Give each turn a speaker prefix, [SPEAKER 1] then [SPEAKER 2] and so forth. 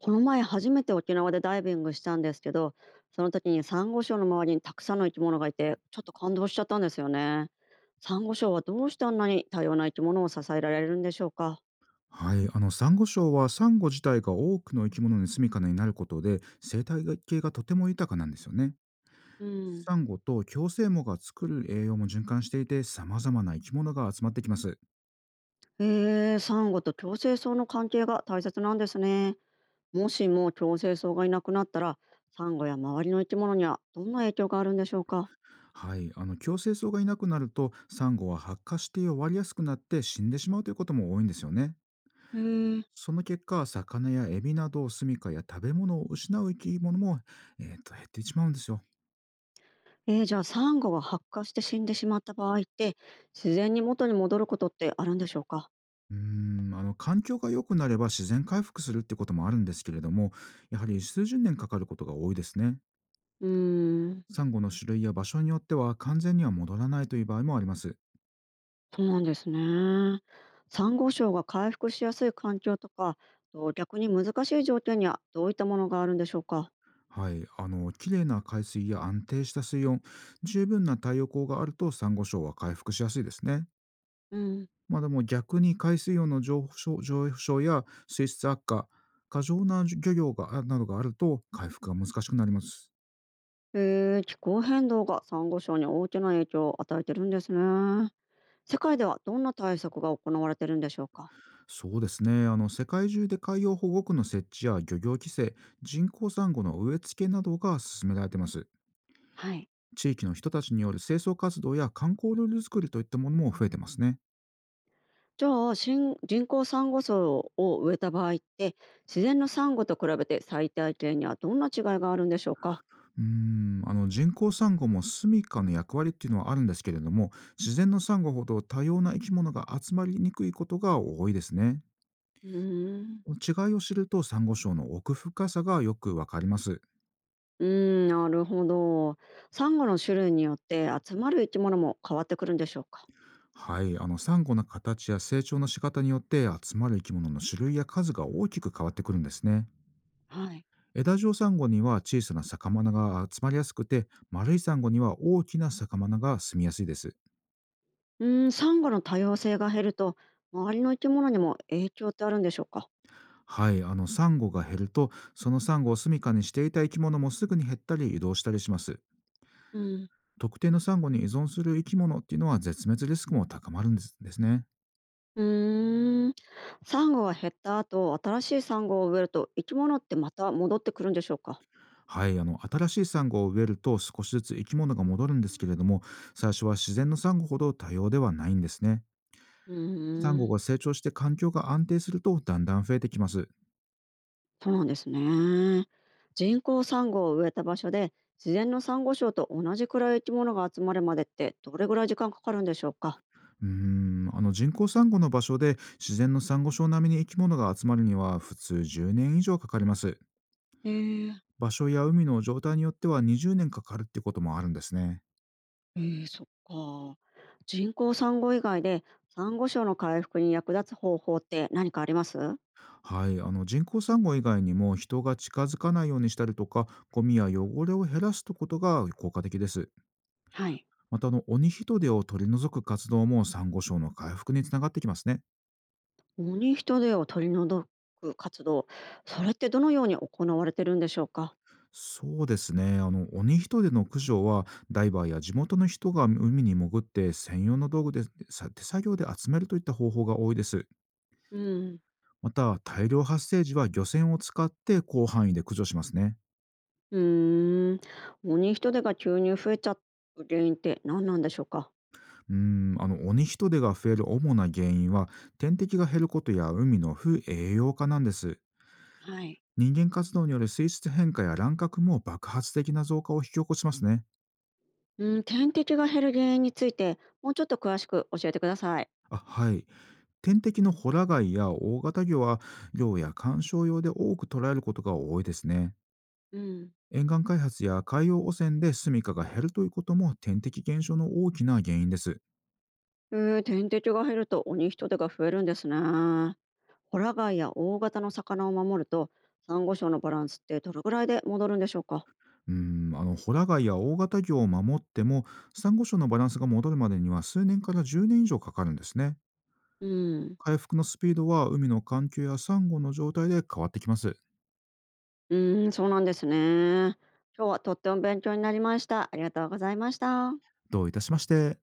[SPEAKER 1] この前初めて沖縄でダイビングしたんですけど、その時にサンゴ礁の周りにたくさんの生き物がいて、ちょっと感動しちゃったんですよね。サンゴ礁はどうしてあんなに多様な生き物を支えられるんでしょうか。
[SPEAKER 2] はい、サンゴ礁はサンゴ自体が多くの生き物の住処になることで生態系がとても豊かなんですよね。
[SPEAKER 1] うん。
[SPEAKER 2] サンゴと共生藻が作る栄養も循環していて、様々な生き物が集まってきます。
[SPEAKER 1] へえーサンゴと共生層の関係が大切なんですね。もしも共生層がいなくなったら、サンゴや周りの生き物にはどんな影響があるんでしょうか。
[SPEAKER 2] はい、共生藻がいなくなるとサンゴは発火して弱りやすくなって死んでしまうということも多いんですよね。
[SPEAKER 1] へえー。
[SPEAKER 2] その結果、魚やエビなど住処や食べ物を失う生き物も、減ってしまうんですよ。
[SPEAKER 1] じゃあサンゴが発火して死んでしまった場合って自然に元に戻ることってあるんでしょうか。
[SPEAKER 2] うー環境が良くなれば自然回復するってこともあるんですけれども、やはり数十年かかることが多いですね。
[SPEAKER 1] うーん。
[SPEAKER 2] サンゴの種類や場所によっては完全には戻らないという場合もあります。
[SPEAKER 1] そうなんですね。サンゴ礁が回復しやすい環境とか、と逆に難しい条件にはどういったものがあるんでしょうか。
[SPEAKER 2] はい、綺麗な海水や安定した水温、十分な太陽光があるとサンゴ礁は回復しやすいですね。
[SPEAKER 1] うん。
[SPEAKER 2] まあでも逆に海水温の上昇や水質悪化、過剰な漁業がなどがあると回復が難しくなります。
[SPEAKER 1] へえ、気候変動がサンゴ礁に大きな影響を与えてるんですね。世界ではどんな対策が行われてるんでしょうか。
[SPEAKER 2] そうですね。世界中で海洋保護区の設置や漁業規制、人工サンゴの植え付けなどが進められています。
[SPEAKER 1] はい。
[SPEAKER 2] 地域の人たちによる清掃活動や観光ルール作りといったものも増えてますね。
[SPEAKER 1] じゃあ新人工サンゴ礁を植えた場合って自然のサンゴと比べて最大限にはどんな違いがあるんでしょうか。
[SPEAKER 2] 人工サンゴも住処の役割っていうのはあるんですけれども、自然のサンゴほど多様な生き物が集まりにくいことが多いですね。
[SPEAKER 1] うーん。
[SPEAKER 2] 違いを知ると、サンゴ礁の奥深さがよくわかります。
[SPEAKER 1] うーん、なるほど。サンゴの種類によって集まる生き物も変わってくるんでしょうか。
[SPEAKER 2] はい、サンゴの形や成長の仕方によって集まる生き物の種類や数が大きく変わってくるんですね。
[SPEAKER 1] はい。
[SPEAKER 2] 枝状サンゴには小さな魚が集まりやすくて、丸いサンゴには大きな魚が住みやすいです。
[SPEAKER 1] うーん、サンゴの多様性が減ると、周りの生き物にも影響ってあるんでしょうか。
[SPEAKER 2] はい、サンゴが減ると、そのサンゴを住処にしていた生き物もすぐに減ったり移動したりします。
[SPEAKER 1] うん。
[SPEAKER 2] 特定のサンゴに依存する生き物っていうのは絶滅リスクも高まるんですね。
[SPEAKER 1] うーん、サンゴが減った後、新しいサンゴを植えると、生き物ってまた戻ってくるんでしょうか。
[SPEAKER 2] はい、新しいサンゴを植えると少しずつ生き物が戻るんですけれども、最初は自然のサンゴほど多様ではないんですね。
[SPEAKER 1] う
[SPEAKER 2] サン
[SPEAKER 1] ー
[SPEAKER 2] ゴ
[SPEAKER 1] ん。
[SPEAKER 2] が成長して環境が安定するとだんだん増えてきます。
[SPEAKER 1] そうなんですね。人工サンゴを植えた場所で、自然のサンゴ礁と同じくらい生き物が集まるまでって、どれぐらい時間かかるんでしょうか。
[SPEAKER 2] 人工サンゴの場所で自然のサンゴ礁並みに生き物が集まるには、普通10年以上かかります。
[SPEAKER 1] へえ。
[SPEAKER 2] 場所や海の状態によっては20年かかるってこともあるんですね。
[SPEAKER 1] ええ、そっか。人工産後以外で、産後症の回復に役立つ方法って何かあります？
[SPEAKER 2] はい、人工サンゴ以外にも、人が近づかないようにしたりとか、ゴミや汚れを減らすことが効果的です。
[SPEAKER 1] はい。
[SPEAKER 2] また鬼ヒトデを取り除く活動もサンゴ礁の回復につながってきますね。
[SPEAKER 1] オニヒトデを取り除く活動、それってどのように行われてるんでしょうか？
[SPEAKER 2] そうですね。鬼ヒトデの駆除は、ダイバーや地元の人が海に潜って専用の道具でさ手作業で集めるといった方法が多いです。
[SPEAKER 1] うん。
[SPEAKER 2] また、大量発生時は漁船を使って広範囲で駆除しますね。
[SPEAKER 1] うーん。オニヒトデが急に増えちゃう原因って何なんでしょうか？
[SPEAKER 2] 鬼ヒトデが増える主な原因は、天敵が減ることや海の不栄養化なんです。
[SPEAKER 1] はい。
[SPEAKER 2] 人間活動による水質変化や乱獲も爆発的な増加を引き起こしますね。
[SPEAKER 1] うん、点滴が減る原因について、もうちょっと詳しく教えてください。
[SPEAKER 2] あ、はい。天敵のホラ貝や大型魚は、漁や観賞用で多く捕らえることが多いですね。
[SPEAKER 1] うん。
[SPEAKER 2] 沿岸開発や海洋汚染で住処が減るということも、天敵減少の大きな原因です。
[SPEAKER 1] 天敵が減ると鬼人手が増えるんですね。ホラ貝や大型の魚を守ると、サンゴ礁のバランスってどれぐらいで戻るんでしょうか。
[SPEAKER 2] ホラ貝や大型魚を守っても、サンゴ礁のバランスが戻るまでには数年から10年以上かかるんですね。
[SPEAKER 1] うん。
[SPEAKER 2] 回復のスピードは海の環境やサンゴの状態で変わってきます。
[SPEAKER 1] うーん、そうなんですね。今日はとっても勉強になりました。ありがとうございました。
[SPEAKER 2] どういたしまして。